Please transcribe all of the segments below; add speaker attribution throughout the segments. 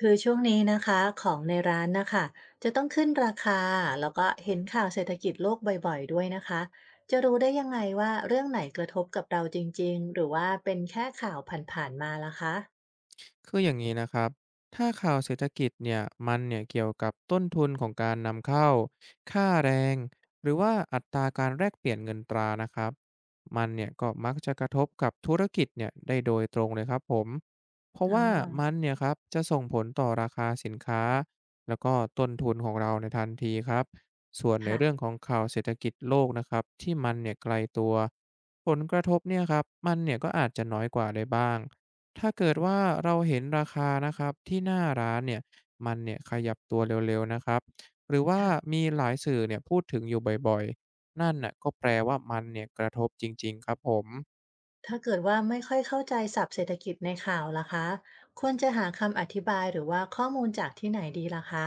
Speaker 1: คือช่วงนี้นะคะของในร้านนะคะจะต้องขึ้นราคาแล้วก็เห็นข่าวเศรษฐกิจโลกบ่อยๆด้วยนะคะจะรู้ได้ยังไงว่าเรื่องไหนกระทบกับเราจริงๆหรือว่าเป็นแค่ข่าวผ่านๆมาล่ะคะ
Speaker 2: คืออย่างนี้นะครับถ้าข่าวเศรษฐกิจเนี่ยมันเนี่ยเกี่ยวกับต้นทุนของการนำเข้า ค่าแรง หรือว่าอัตราการแลกเปลี่ยนเงินตรานะครับมันเนี่ยก็มักจะกระทบกับธุรกิจเนี่ยได้โดยตรงเลยครับผมเพราะ
Speaker 1: อ๋อ
Speaker 2: ว่ามันเนี่ยครับจะส่งผลต่อราคาสินค้าแล้วก็ต้นทุนของเราในทันทีครับส่วนใน
Speaker 1: ค่ะ
Speaker 2: เรื่องของข่าวเศรษฐกิจโลกนะครับที่มันเนี่ยไกลตัวผลกระทบเนี่ยครับมันเนี่ยก็อาจจะน้อยกว่าได้บ้าง ถ้าเกิดว่าเราเห็นราคานะครับที่หน้าร้านเนี่ยมันเนี่ยขยับตัวเร็วๆนะครับหรือว่า
Speaker 1: ค่ะ
Speaker 2: มีหลายสื่อเนี่ยพูดถึงอยู่บ่อยๆนั่นน่ะก็แปลว่ามันเนี่ยกระทบจริงๆครับผม
Speaker 1: ถ้าเกิดว่าไม่ค่อยเข้าใจศัพท์เศรษฐกิจในข่าวล่ะคะควรจะหาคำอธิบายหรือว่าข้อมูลจากที่ไหนดีล่ะคะ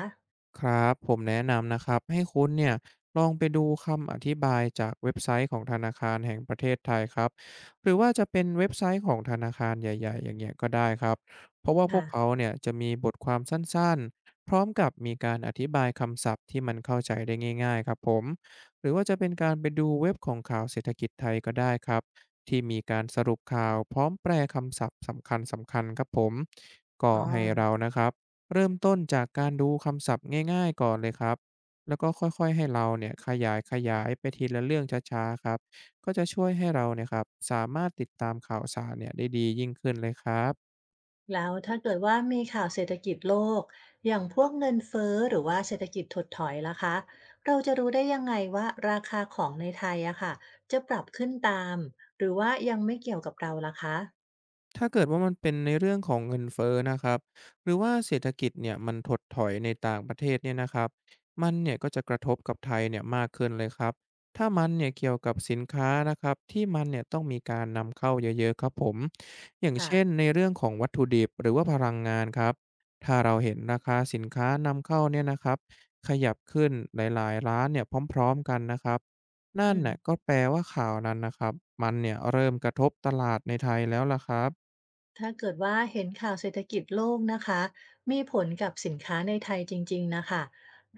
Speaker 2: ครับผมแนะนำนะครับให้คุณเนี่ยลองไปดูคำอธิบายจากเว็บไซต์ของธนาคารแห่งประเทศไทยครับหรือว่าจะเป็นเว็บไซต์ของธนาคารใหญ่ๆอย่างเงี้ยก็ได้ครับเพราะว่าพว
Speaker 1: ค่ะ
Speaker 2: กเขาเนี่ยจะมีบทความสั้นๆพร้อมกับมีการอธิบายคำศัพท์ที่มันเข้าใจได้ง่ายๆครับผมหรือว่าจะเป็นการไปดูเว็บของข่าวเศรษฐกิจไทยก็ได้ครับที่มีการสรุปข่าวพร้อมแปลคำศัพท์สำคัญๆครับผมก็
Speaker 1: อ๋อ
Speaker 2: ให้เรานะครับ เริ่มต้นจากการดูคำศัพท์ง่ายๆก่อนเลยครับ แล้วก็ค่อยๆให้เราเนี่ยขยายไปทีละเรื่องช้าๆครับ ก็จะช่วยให้เราเนี่ยครับสามารถติดตามข่าวสารเนี่ยได้ดียิ่งขึ้นเลยครับ
Speaker 1: แล้วถ้าเกิดว่ามีข่าวเศรษฐกิจโลกอย่างพวกเงินเฟ้อหรือว่าเศรษฐกิจถดถอยล่ะคะเราจะรู้ได้ยังไงว่าราคาของในไทยอะค่ะจะปรับขึ้นตามหรือว่ายังไม่เกี่ยวกับเราล่ะคะ
Speaker 2: ถ้าเกิดว่ามันเป็นในเรื่องของเงินเฟ้อนะครับหรือว่าเศรษฐกิจเนี่ยมันถดถอยในต่างประเทศเนี่ยนะครับมันเนี่ยก็จะกระทบกับไทยเนี่ยมากขึ้นเลยครับถ้ามันเนี่ยเกี่ยวกับสินค้านะครับที่มันเนี่ยต้องมีการนำเข้าเยอะๆครับผมอย่าง
Speaker 1: ค่ะ
Speaker 2: เช่นในเรื่องของวัตถุดิบหรือว่าพลังงานครับถ้าเราเห็นราคาสินค้านำเข้าเนี่ยนะครับขยับขึ้นหลายๆร้านเนี่ยพร้อมๆกันนะครับนั่น
Speaker 1: อืม
Speaker 2: น่ะก็แปลว่าข่าวนั้นนะครับมันเนี่ยเริ่มกระทบตลาดในไทยแล้วล่ะครับ
Speaker 1: ถ้าเกิดว่าเห็นข่าวเศรษฐกิจโลกนะคะมีผลกับสินค้าในไทยจริงๆนะคะ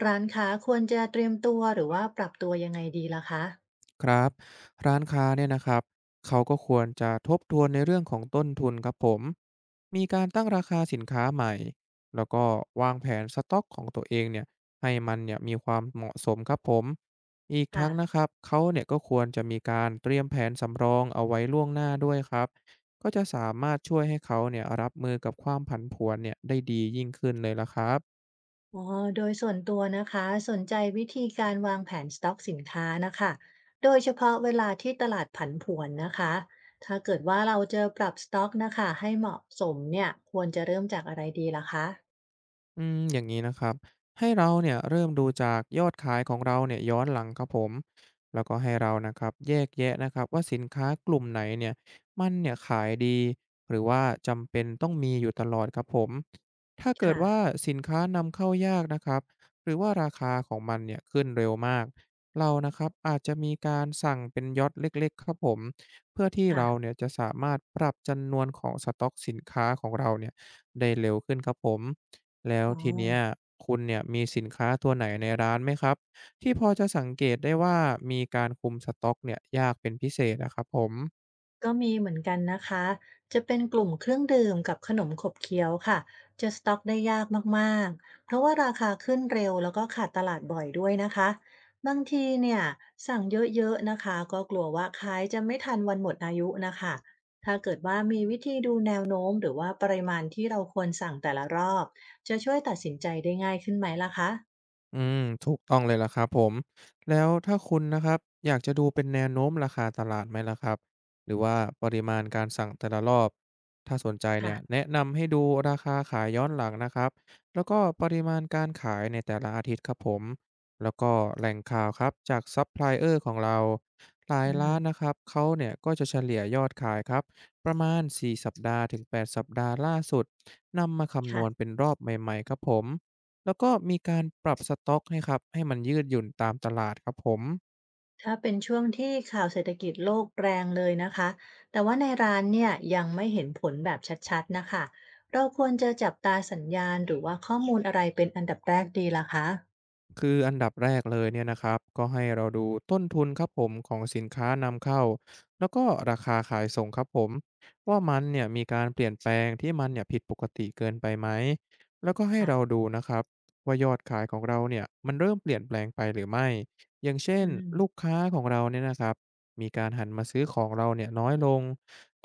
Speaker 1: ร้านค้าควรจะเตรียมตัวหรือว่าปรับตัวยังไงดีล่ะคะ
Speaker 2: ครับร้านค้าเนี่ยนะครับเขาก็ควรจะทบทวนในเรื่องของต้นทุนครับผมมีการตั้งราคาสินค้าใหม่แล้วก็วางแผนสต็อกของตัวเองเนี่ยให้มันเนี่ยมีความเหมาะสมครับผมอีก
Speaker 1: ค่ะ
Speaker 2: ทั้งนะครับเขาเนี่ยก็ควรจะมีการเตรียมแผนสำรองเอาไว้ล่วงหน้าด้วยครับก็จะสามารถช่วยให้เขาเนี่ยรับมือกับความผันผวนเนี่ยได้ดียิ่งขึ้นเลยละครับ
Speaker 1: อ๋อโดยส่วนตัวนะคะสนใจวิธีการวางแผนสต็อกสินค้านะคะ โดยเฉพาะเวลาที่ตลาดผันผวนนะคะ ถ้าเกิดว่าเราจะปรับสต็อกนะคะให้เหมาะสมเนี่ย ควรจะเริ่มจากอะไรดีล่ะคะ
Speaker 2: อย่างนี้นะครับให้เราเนี่ยเริ่มดูจากยอดขายของเราเนี่ยย้อนหลังครับผมแล้วก็ให้เรานะครับแยกแยะนะครับว่าสินค้ากลุ่มไหนเนี่ยมันเนี่ยขายดีหรือว่าจำเป็นต้องมีอยู่ตลอดครับผมถ้าเกิด
Speaker 1: ค่ะ
Speaker 2: ว่าสินค้านำเข้ายากนะครับหรือว่าราคาของมันเนี่ยขึ้นเร็วมากเรานะครับอาจจะมีการสั่งเป็นยอดเล็กๆครับผมเพื่อที่
Speaker 1: ค่ะ
Speaker 2: เราเนี่ยจะสามารถปรับจำนวนของสต็อกสินค้าของเราเนี่ยได้เร็วขึ้นครับผม แล้ว
Speaker 1: อ๋อ
Speaker 2: ทีเนี้ยคุณเนี่ยมีสินค้าตัวไหนในร้านไหมครับที่พอจะสังเกตได้ว่ามีการคุมสต็อกเนี่ยยากเป็นพิเศษนะครับผม
Speaker 1: ก็มีเหมือนกันนะคะ จะเป็นกลุ่มเครื่องดื่มกับขนมขบเคี้ยวค่ะจะสต็อกได้ยากมากๆเพราะว่าราคาขึ้นเร็วแล้วก็ขาดตลาดบ่อยด้วยนะคะบางทีเนี่ยสั่งเยอะๆนะคะก็กลัวว่าขายจะไม่ทันวันหมดอายุนะคะถ้าเกิดว่ามีวิธีดูแนวโน้มหรือว่าปริมาณที่เราควรสั่งแต่ละรอบจะช่วยตัดสินใจได้ง่ายขึ้นไหมล่ะคะ
Speaker 2: ถูกต้องเลยล่ะครับผมแล้วถ้าคุณนะครับอยากจะดูเป็นแนวโน้มราคาตลาดไหมล่ะครับหรือว่าปริมาณการสั่งแต่ละรอบถ้าสนใจเนี่ย
Speaker 1: ค่ะ
Speaker 2: แนะนำให้ดูราคาขายย้อนหลังนะครับแล้วก็ปริมาณการขายในแต่ละอาทิตย์ครับผมแล้วก็แหล่งข่าวครับจากซัพพลายเออร์ของเราหลาย
Speaker 1: อืม
Speaker 2: ร้านนะครับเขาเนี่ยก็จะเฉลี่ยยอดขายครับประมาณ4สัปดาห์ถึง8สัปดาห์ล่าสุดนำมาคำนวณ
Speaker 1: ค่ะ
Speaker 2: เป็นรอบใหม่ๆครับผม แล้วก็มีการปรับสต็อกให้ครับให้มันยืดหยุ่นตามตลาดครับผม
Speaker 1: ถ้าเป็นช่วงที่ข่าวเศรษฐกิจโลกแรงเลยนะคะ แต่ว่าในร้านเนี่ยยังไม่เห็นผลแบบชัดๆนะคะเราควรจะจับตาสัญญาณหรือว่าข้อมูลอะไรเป็นอันดับแรกดีล่ะคะ
Speaker 2: คืออันดับแรกเลยเนี่ยนะครับก็ให้เราดูต้นทุนครับผมของสินค้านำเข้าแล้วก็ราคาขายส่งครับผมว่ามันเนี่ยมีการเปลี่ยนแปลงที่มันเนี่ยผิดปกติเกินไปไหมแล้วก็ให้เรา
Speaker 1: ค่ะ
Speaker 2: ดูนะครับว่ายอดขายของเราเนี่ยมันเริ่มเปลี่ยนแปลงไปหรือไม่อย่างเช่น
Speaker 1: อืม
Speaker 2: ลูกค้าของเราเนี่ยนะครับมีการหันมาซื้อของเราเนี่ยน้อยลง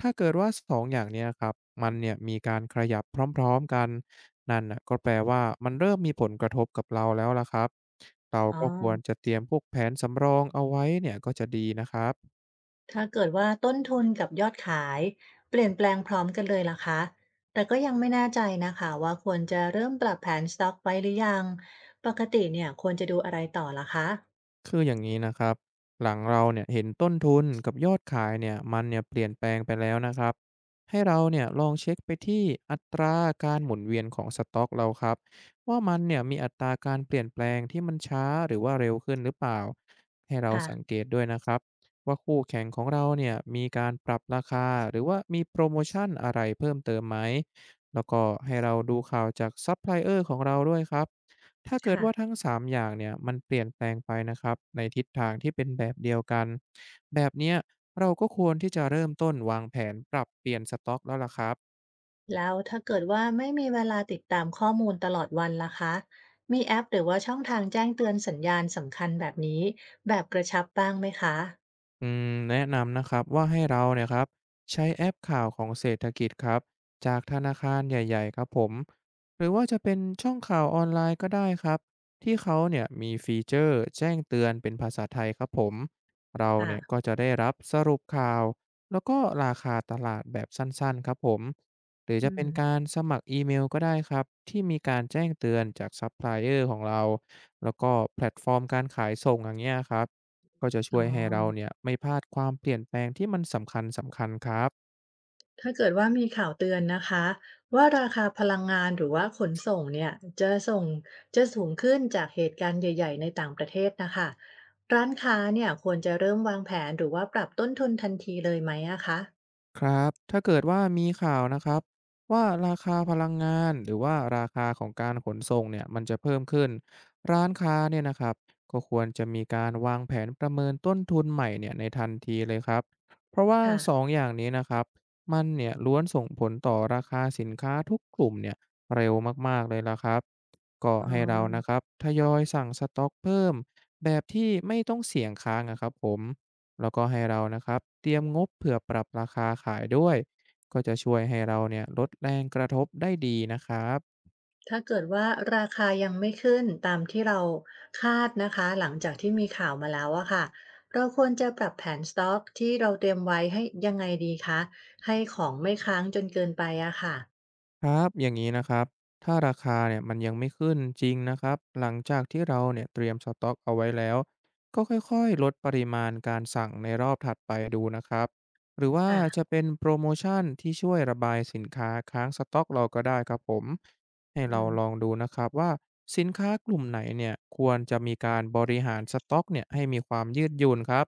Speaker 2: ถ้าเกิดว่า2องอย่างเนี้ยครับมันเนี่ยมีการขยับพร้อมๆกัน นั่นน่ะก็แปลว่ามันเริ่มมีผลกระทบกับเราแล้วล่ะครับเรา
Speaker 1: อ๋อ
Speaker 2: ก็ควรจะเตรียมพวกแผนสำรองเอาไว้เนี่ยก็จะดีนะครับ
Speaker 1: ถ้าเกิดว่าต้นทุนกับยอดขายเปลี่ยนแปลงพร้อมกันเลยล่ะคะแต่ก็ยังไม่แน่ใจนะคะว่าควรจะเริ่มปรับแผนสต็อกไว้หรือยังปกติเนี่ยควรจะดูอะไรต่อล่ะคะ
Speaker 2: คืออย่างนี้นะครับหลังเราเนี่ยเห็นต้นทุนกับยอดขายเนี่ยมันเนี่ยเปลี่ยนแปลงไปแล้วนะครับให้เราเนี่ยลองเช็คไปที่อัตราการหมุนเวียนของสต็อกเราครับว่ามันเนี่ยมีอัตราการเปลี่ยนแปลงที่มันช้าหรือว่าเร็วขึ้นหรือเปล่าให้เรา
Speaker 1: ค่ะ
Speaker 2: สังเกตด้วยนะครับว่าคู่แข่งของเราเนี่ยมีการปรับราคาหรือว่ามีโปรโมชั่นอะไรเพิ่มเติมไหมแล้วก็ให้เราดูข่าวจากซัพพลายเออร์ของเราด้วยครับ ถ้าเกิด
Speaker 1: ค่ะ
Speaker 2: ว่าทั้ง3อย่างเนี่ยมันเปลี่ยนแปลงไปนะครับในทิศทางที่เป็นแบบเดียวกันแบบเนี้ยเราก็ควรที่จะเริ่มต้นวางแผนปรับเปลี่ยนสต็อกแล้วล่ะครับ
Speaker 1: แล้วถ้าเกิดว่าไม่มีเวลาติดตามข้อมูลตลอดวันล่ะคะมีแอปหรือว่าช่องทางแจ้งเตือนสัญญาณสำคัญแบบนี้แบบกระชับบ้างไหมคะ
Speaker 2: อืมแนะนำนะครับว่าให้เราเนี่ยครับใช้แอปข่าวของเศรษฐกิจครับจากธนาคารใหญ่ๆครับผมหรือว่าจะเป็นช่องข่าวออนไลน์ก็ได้ครับที่เขาเนี่ยมีฟีเจอร์แจ้งเตือนเป็นภาษาไทยครับผมเรา
Speaker 1: ค่ะ
Speaker 2: เนี่ยก็จะได้รับสรุปข่าวแล้วก็ราคาตลาดแบบสั้นๆครับผมหรือ
Speaker 1: อื
Speaker 2: จะเป็
Speaker 1: ม
Speaker 2: นการสมัครอีเมลก็ได้ครับที่มีการแจ้งเตือนจากซัพพลายเออร์ของเราแล้วก็แพลตฟอร์มการขายส่งอย่างเงี้ยครับ ก็จะ
Speaker 1: อ๋
Speaker 2: ช่
Speaker 1: อ
Speaker 2: วยให้เราเนี่ยไม่พลาดความเปลี่ยนแปลงที่มันสำคัญครับ
Speaker 1: ถ้าเกิดว่ามีข่าวเตือนนะคะว่าราคาพลังงานหรือว่าขนส่งเนี่ยจะส่งจะสูงขึ้นจากเหตุการณ์ใหญ่ๆในต่างประเทศนะคะร้านค้าเนี่ยควรจะเริ่มวางแผนหรือว่าปรับต้นทุนทันทีเลยไหมอะคะ
Speaker 2: ครับถ้าเกิดว่ามีข่าวนะครับว่าราคาพลังงานหรือว่าราคาของการขนส่งเนี่ยมันจะเพิ่มขึ้นร้านค้าเนี่ยนะครับก็ควรจะมีการวางแผนประเมินต้นทุนใหม่เนี่ยในทันทีเลยครับเพราะว่า
Speaker 1: ค่ะ
Speaker 2: 2องอย่างนี้นะครับมันเนี่ยล้วนส่งผลต่อราคาสินค้าทุกกลุ่มเนี่ยเร็วมากๆเลยละครับก็
Speaker 1: อ๋
Speaker 2: ให้เรานะค
Speaker 1: อ
Speaker 2: รับทยอยสั่งสต็อกเพิ่มแบบที่ไม่ต้องเสี่ยงค้างนะครับผม แล้วก็ให้เรานะครับเตรียมงบเผื่อปรับราคาขายด้วยก็จะช่วยให้เราเนี่ยลดแรงกระทบได้ดีนะครับ
Speaker 1: ถ้าเกิดว่าราคายังไม่ขึ้นตามที่เราคาดนะคะหลังจากที่มีข่าวมาแล้วอะค่ะเราควรจะปรับแผนสต็อกที่เราเตรียมไว้ให้ยังไงดีคะให้ของไม่ค้างจนเกินไปอะค่ะ
Speaker 2: ครับอย่างนี้นะครับถ้าราคาเนี่ยมันยังไม่ขึ้นจริงนะครับหลังจากที่เราเนี่ยเตรียมสต็อกเอาไว้แล้วก็ค่อยๆลดปริมาณการสั่งในรอบถัดไปดูนะครับหรือว่า
Speaker 1: ค่ะ
Speaker 2: จะเป็นโปรโมชั่นที่ช่วยระบายสินค้าค้างสต็อกเราก็ได้ครับผมให้
Speaker 1: อื
Speaker 2: เรา
Speaker 1: ม
Speaker 2: ลองดูนะครับว่าสินค้ากลุ่มไหนเนี่ยควรจะมีการบริหารสต็อกเนี่ยให้มีความยืดหยุ่นครับ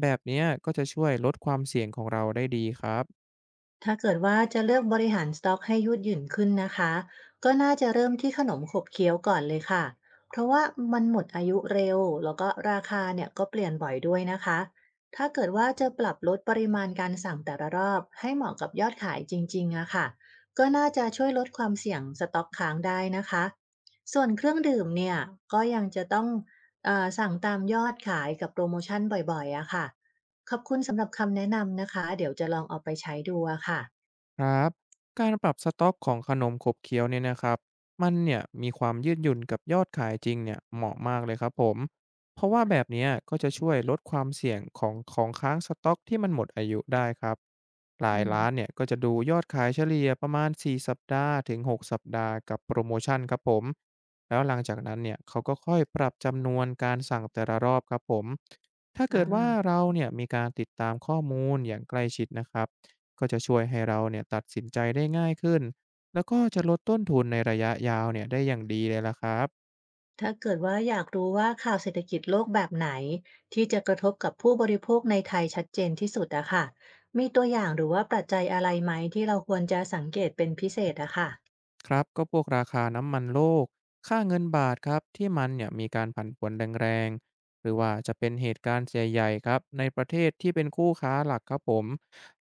Speaker 2: แบบเนี้ยก็จะช่วยลดความเสี่ยงของเราได้ดีครับ
Speaker 1: ถ้าเกิดว่าจะเลือกบริหารสต็อกให้ยืดหยุ่นขึ้นนะคะก็น่าจะเริ่มที่ขนมขบเคี้ยวก่อนเลยค่ะเพราะว่ามันหมดอายุเร็วแล้วก็ราคาเนี่ยก็เปลี่ยนบ่อยด้วยนะคะถ้าเกิดว่าจะปรับลดปริมาณการสั่งแต่ละรอบให้เหมาะกับยอดขายจริงๆอะค่ะก็น่าจะช่วยลดความเสี่ยงสต็อกค้างได้นะคะส่วนเครื่องดื่มเนี่ยก็ยังจะต้องสั่งตามยอดขายกับโปรโมชั่นบ่อยๆอะค่ะขอบคุณสำหรับคำแนะนำนะคะเดี๋ยวจะลองเอาไปใช้ดูอะค่ะ
Speaker 2: ครับการปรับสต็อกของขนมขบเคี้ยวเนี่ยนะครับมันเนี่ยมีความยืดหยุ่นกับยอดขายจริงเนี่ยเหมาะมากเลยครับผมเพราะว่าแบบเนี้ยก็จะช่วยลดความเสี่ยงของของค้างสต็อกที่มันหมดอายุได้ครับหลาย
Speaker 1: อืม
Speaker 2: ร้านเนี่ยก็จะดูยอดขายเฉลี่ยประมาณ4สัปดาห์ถึง6สัปดาห์กับโปรโมชั่นครับผมแล้วหลังจากนั้นเนี่ยเขาก็ค่อยปรับจำนวนการสั่งแต่ละรอบครับผมถ้า
Speaker 1: อา
Speaker 2: เกิดว่าเราเนี่ยมีการติดตามข้อมูลอย่างใกล้ชิดนะครับ ก็จะช่วยให้เราเนี่ยตัดสินใจได้ง่ายขึ้น แล้วก็จะลดต้นทุนในระยะยาวเนี่ยได้อย่างดีเลยล่ะครับ
Speaker 1: ถ้าเกิดว่าอยากรู้ว่าข่าวเศรษฐกิจโลกแบบไหนที่จะกระทบกับผู้บริโภคในไทยชัดเจนที่สุดอะค่ะมีตัวอย่างหรือว่าปัจจัยอะไรไหมที่เราควรจะสังเกตเป็นพิเศษอะค่ะ
Speaker 2: ครับก็พวกราคาน้ำมันโลกค่าเงินบาทครับที่มันเนี่ยมีการผันผวนแรงๆหรือว่าจะเป็นเหตุการณ์เสียใหญ่ครับในประเทศที่เป็นคู่ค้าหลักครับผม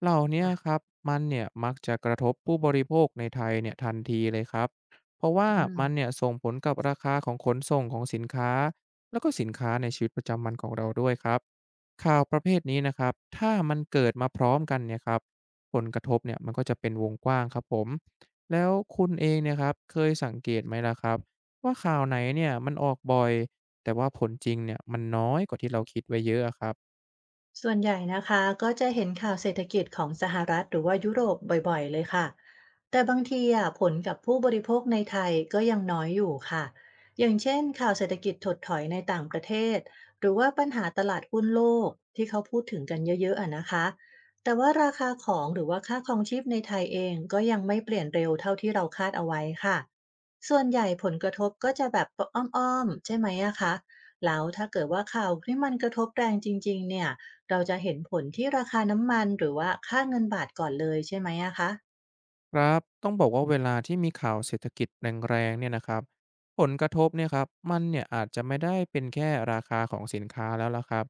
Speaker 2: เหล่าเนี้ยค
Speaker 1: ค่ะ
Speaker 2: รับมันเนี่ยมักจะกระทบผู้บริโภคในไทยเนี่ยทันทีเลยครับเพราะว่า
Speaker 1: อื
Speaker 2: มันเนี่
Speaker 1: ม
Speaker 2: ยส่งผลกับราคาของขนส่งของสินค้าแล้วก็สินค้าในชีวิตประจำวันของเราด้วยครับข่าวประเภทนี้นะครับถ้ามันเกิดมาพร้อมกันเนี่ยครับผลกระทบเนี่ยมันก็จะเป็นวงกว้างครับผม แล้วคุณเองเนี่ยครับเคยสังเกตไหมล่ะครับว่าข่าวไหนเนี่ยมันออกบ่อยแต่ว่าผลจริงเนี่ยมันน้อยกว่าที่เราคิดไว้เยอะอะครับ
Speaker 1: ส่วนใหญ่นะคะก็จะเห็นข่าวเศรษฐกิจของสหรัฐหรือว่ายุโรปบ่อยๆเลยค่ะแต่บางทีอ่ะผลกับผู้บริโภคในไทยก็ยังน้อยอยู่ค่ะอย่างเช่นข่าวเศรษฐกิจถดถอยในต่างประเทศหรือว่าปัญหาตลาดหุ้นโลกที่เขาพูดถึงกันเยอะๆอะนะคะแต่ว่าราคาของหรือว่าค่าครองชีพในไทยเองก็ยังไม่เปลี่ยนเร็วเท่าที่เราคาดเอาไว้ค่ะส่วนใหญ่ผลกระทบก็จะแบบอ้อมๆใช่ไหมอะคะแล้วถ้าเกิดว่าข่าวที่มันกระทบแรงจริงๆเนี่ย เราจะเห็นผลที่ราคาน้ำมันหรือว่าค่าเงินบาทก่อนเลยใช่ไหมอะคะ
Speaker 2: ครับต้องบอกว่าเวลาที่มีข่าวเศรษฐกิจแรงๆเนี่ยนะครับผลกระทบเนี่ยครับมันเนี่ยอาจจะไม่ได้เป็นแค่ราคาของสินค้าแล้วล่ะครับ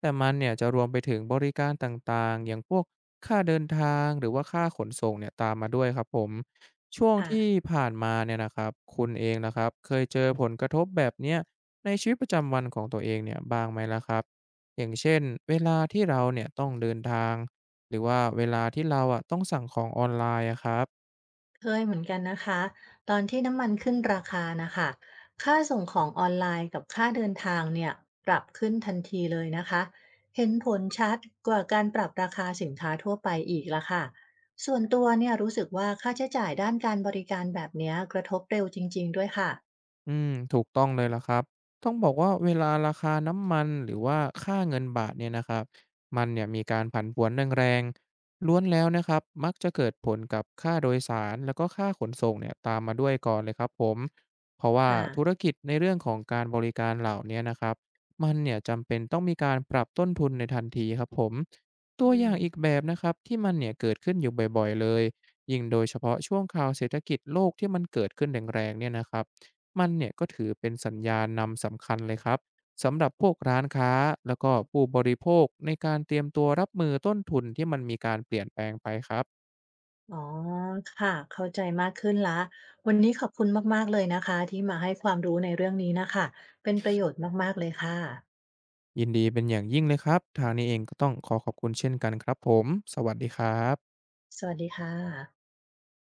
Speaker 2: แต่มันเนี่ยจะรวมไปถึงบริการต่างๆอย่างพวกค่าเดินทางหรือว่าค่าขนส่งเนี่ยตามมาด้วยครับผมช่วงที่
Speaker 1: ค่ะ
Speaker 2: ผ่านมาเนี่ยนะครับคุณเองนะครับเคยเจอผลกระทบแบบเนี้ยในชีวิตประจำวันของตัวเองเนี่ยบ้างไหมล่ะครับอย่างเช่นเวลาที่เราเนี่ยต้องเดินทางหรือว่าเวลาที่เราอะต้องสั่งของออนไลน์อะครับ
Speaker 1: เคยเหมือนกันนะคะตอนที่น้ำมันขึ้นราคานะคะค่าส่งของออนไลน์กับค่าเดินทางเนี่ยปรับขึ้นทันทีเลยนะคะเห็นผลชัดกว่าการปรับราคาสินค้าทั่วไปอีกละค่ะส่วนตัวเนี่ยรู้สึกว่าค่าใช้จ่ายด้านการบริการแบบเนี้ยกระทบเร็วจริงๆด้วยค่ะ
Speaker 2: อืมถูกต้องเลยล่ะครับต้องบอกว่าเวลาราคาน้ำมันหรือว่าค่าเงินบาทเนี่ยนะครับมันเนี่ยมีการผันผวนแรงๆล้วนแล้วนะครับมักจะเกิดผลกับค่าโดยสารแล้วก็ค่าขนส่งเนี่ยตามมาด้วยก่อนเลยครับผมเพราะว่า
Speaker 1: ค่ะ
Speaker 2: ธุรกิจในเรื่องของการบริการเหล่าเนี้นะครับมันเนี่ยจำเป็นต้องมีการปรับต้นทุนในทันทีครับผมตั
Speaker 1: อื
Speaker 2: วอย่า
Speaker 1: ม
Speaker 2: งอีกแบบนะครับที่มันเนี่ยเกิดขึ้นอยู่บ่อยๆเลยยิ่งโดยเฉพาะช่วงข่าวเศรษฐกิจโลกที่มันเกิดขึ้นแรงๆเนี่ยนะครับ มันเนี่ยก็ถือเป็นสัญญาณนำสำคัญเลยครับสำหรับพวกร้านค้าแล้วก็ผู้บริโภคในการเตรียมตัวรับมือต้นทุนที่มันมีการเปลี่ยนแปลงไปครับ
Speaker 1: อ๋อค่ะ เข้าใจมากขึ้นแล้ววันนี้ขอบคุณมากๆเลยนะคะที่มาให้ความรู้ในเรื่องนี้นะคะ เป็นประโยชน์มากๆเลยค่ะ
Speaker 2: ยินดีเป็นอย่างยิ่งเลยครับทางนี้เองก็ต้องขอขอบคุณเช่นกันครับผมสวัสดีครับ
Speaker 1: สวัสดีค่ะ